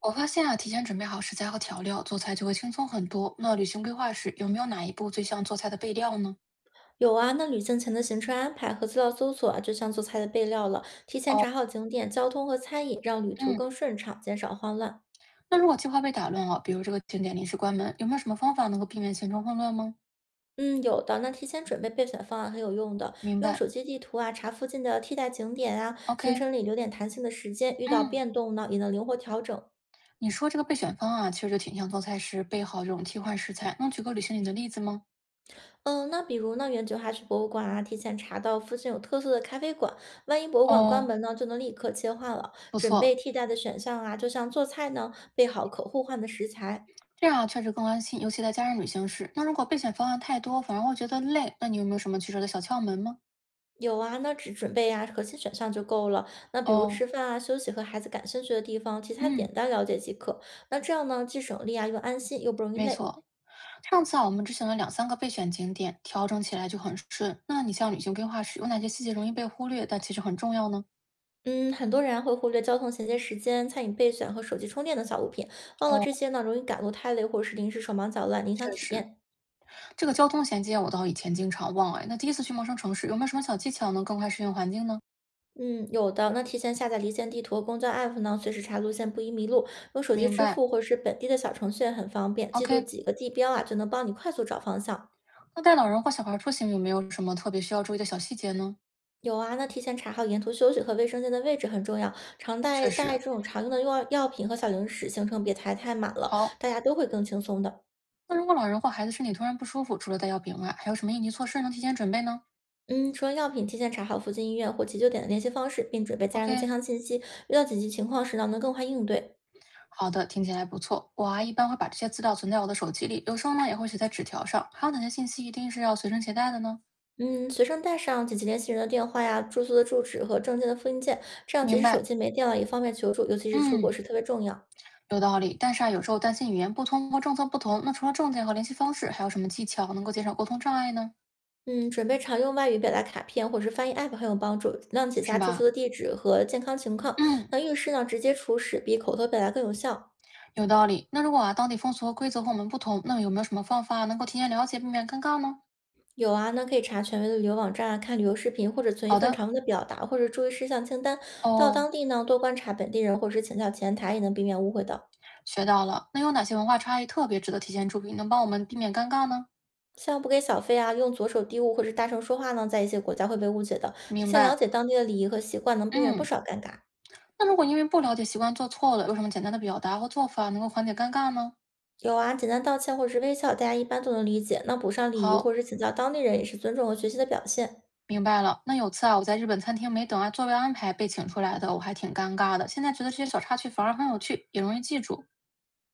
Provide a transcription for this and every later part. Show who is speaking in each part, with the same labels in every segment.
Speaker 1: 我发现啊，提前准备好食材和调料，做菜就会轻松很多。那旅行规划时，有没有哪一步最像做菜的备料呢？
Speaker 2: 有啊，那旅行前的行程安排和资料搜索啊，就像做菜的备料了。提前
Speaker 1: 哦，
Speaker 2: 查好景点、交通和餐饮，让旅途
Speaker 1: 嗯，
Speaker 2: 更顺畅，减少慌乱。
Speaker 1: 那如果计划被打乱啊，比如这个景点临时关门，有没有什么方法能够避免行程混乱吗？
Speaker 2: 嗯，有的。那提前准备备选方案很有用的，
Speaker 1: 明
Speaker 2: 用
Speaker 1: 白
Speaker 2: 手机地图啊查附近的替代景点啊，行
Speaker 1: ，OK，
Speaker 2: 程里留点弹性的时间，遇到
Speaker 1: 嗯，
Speaker 2: 变动呢也能灵活调整。
Speaker 1: 你说这个备选方啊，其实就挺像做菜时备好这种替换食材。能举个旅行里的例子吗？
Speaker 2: 嗯，那比如呢，原计划去博物馆啊，提前查到附近有特色的咖啡馆，万一博物馆关
Speaker 1: 哦，
Speaker 2: 门呢，就能立刻切换了。
Speaker 1: 不
Speaker 2: 准备
Speaker 1: 错，
Speaker 2: 替代的选项啊，就像做菜呢，备好可互换的食材。
Speaker 1: 这样啊确实更安心，尤其在家人旅行时。那如果备选方案太多，反而会觉得累，那你有没有什么取舍的小窍门吗？
Speaker 2: 有啊，那只准备呀、核心选项就够了。那比如
Speaker 1: 哦，
Speaker 2: 吃饭啊、休息和孩子感兴趣的地方，其他
Speaker 1: 嗯。
Speaker 2: 简单了解即可。那这样呢，既省力啊，又安心，又不容易
Speaker 1: 没
Speaker 2: 累。
Speaker 1: 错，上次啊，我们只选了两三个备选景点，调整起来就很顺。那你像旅行规划时，有哪些细节容易被忽略，但其实很重要呢？
Speaker 2: 嗯，很多人啊会忽略交通衔接时间、餐饮备选和手机充电的小物品，忘了
Speaker 1: 哦，
Speaker 2: 这些呢，容易赶路太累或者是临时手忙脚乱，影响
Speaker 1: 确
Speaker 2: 体
Speaker 1: 实，
Speaker 2: 验。
Speaker 1: 这个交通衔接啊我倒以前经常忘哎。那第一次去陌生城市，有没有什么小技巧能更快适应环境呢？
Speaker 2: 嗯，有的。那提前下载离线地图和公交 app 呢，随时查路线，不宜迷路。用手机
Speaker 1: 明
Speaker 2: 支
Speaker 1: 白。
Speaker 2: 付或者是本地的小程序也很方便，记住
Speaker 1: OK，
Speaker 2: 几个地标啊，就能帮你快速找方向。
Speaker 1: 那带老人或小孩出行有没有什么特别需要注意的小细节呢？
Speaker 2: 有啊，那提前查好沿途休息和卫生间的位置很重要。常
Speaker 1: 确
Speaker 2: 带带
Speaker 1: 实。
Speaker 2: 这种常用的药品和小零食，行程别排太满了，
Speaker 1: 好，
Speaker 2: 大家都会更轻松的。
Speaker 1: 那如果老人或孩子身体突然不舒服，除了带药品外，还有什么应急措施能提前准备呢
Speaker 2: 嗯，除了药品，提前查好附近医院或急救点的联系方式，并准备家人的健
Speaker 1: ？OK，
Speaker 2: 康信息。遇到紧急情况时呢，能更快应对。
Speaker 1: 好的，听起来不错。我啊，一般会把这些资料存在我的手机里，有时候呢也会写在纸条上。还有哪些信息一定是要随身携带的呢？
Speaker 2: 嗯，随身带上紧急联系人的电话呀、住宿的住址和证件的复印件，这样即
Speaker 1: 明
Speaker 2: 使手
Speaker 1: 白，
Speaker 2: 机没电了，也方便求助，尤其是出国
Speaker 1: 嗯，
Speaker 2: 时特别重要。
Speaker 1: 有道理。但是啊，有时候担心语言不通或政策不同，那除了证件和联系方式，还有什么技巧能够减少沟通障碍呢？
Speaker 2: 嗯，准备常用外语表达卡片或者是翻译 app 很有帮助。那解
Speaker 1: 是
Speaker 2: 下住宿
Speaker 1: 吧？
Speaker 2: 的地址和健康情况，
Speaker 1: 嗯，
Speaker 2: 那浴室呢直接出示比口头表达更有效。
Speaker 1: 有道理。那如果啊当地风俗和规则和我们不同，那么有没有什么方法能够提前了解，避免尴尬呢？
Speaker 2: 有啊，那可以查权威的旅游网站啊，看旅游视频，或者存一
Speaker 1: 好
Speaker 2: 份
Speaker 1: 的，
Speaker 2: 常用的表达或者注意事项清单。到
Speaker 1: 哦，
Speaker 2: 当地呢，多观察本地人，或是请教前台，也能避免误会的。
Speaker 1: 学到了。那有哪些文化差异特别值得提前注意，能帮我们避免尴尬呢？
Speaker 2: 像不给小费啊，用左手递物或者大声说话呢，在一些国家会被误解的。提
Speaker 1: 明
Speaker 2: 前了
Speaker 1: 白，
Speaker 2: 解当地的礼仪和习惯，能避免不
Speaker 1: 嗯。
Speaker 2: 少尴尬。
Speaker 1: 那如果因为不了解习惯做错了，有什么简单的表达或做法能够缓解尴尬吗？
Speaker 2: 有啊，简单道歉或是微笑，大家一般都能理解。那补上礼仪
Speaker 1: 好，
Speaker 2: 或是请教当地人，也是尊重和学习的表现。
Speaker 1: 明白了。那有次啊，我在日本餐厅没等按座位安排被请出来的，我还挺尴尬的。现在觉得这些小插曲反而很有趣，也容易记住，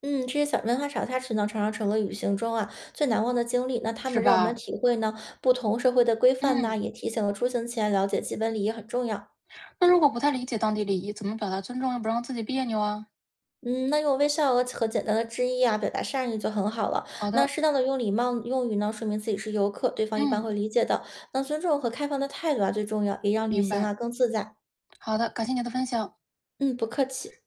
Speaker 2: 嗯，这些小文化小插曲呢，常常成了旅行中啊最难忘的经历。那他
Speaker 1: 是
Speaker 2: 们让我们
Speaker 1: 吧？
Speaker 2: 体会呢不同社会的规范呐、
Speaker 1: 嗯，
Speaker 2: 也提醒了出行前了解基本礼仪很重要。
Speaker 1: 那如果不太理解当地礼仪，怎么表达尊重又不让自己别扭啊？
Speaker 2: 嗯，那用微笑和简单的致意啊，表达善意就很好了。
Speaker 1: 好
Speaker 2: 那
Speaker 1: 的，
Speaker 2: 适当的用礼貌用语呢，说明自己是游客，对方一般会
Speaker 1: 嗯，
Speaker 2: 理解的。那尊重和开放的态度啊最重要，也让旅
Speaker 1: 明
Speaker 2: 行
Speaker 1: 白。
Speaker 2: 啊更自在。
Speaker 1: 好的，感谢你的分享。
Speaker 2: 嗯，不客气。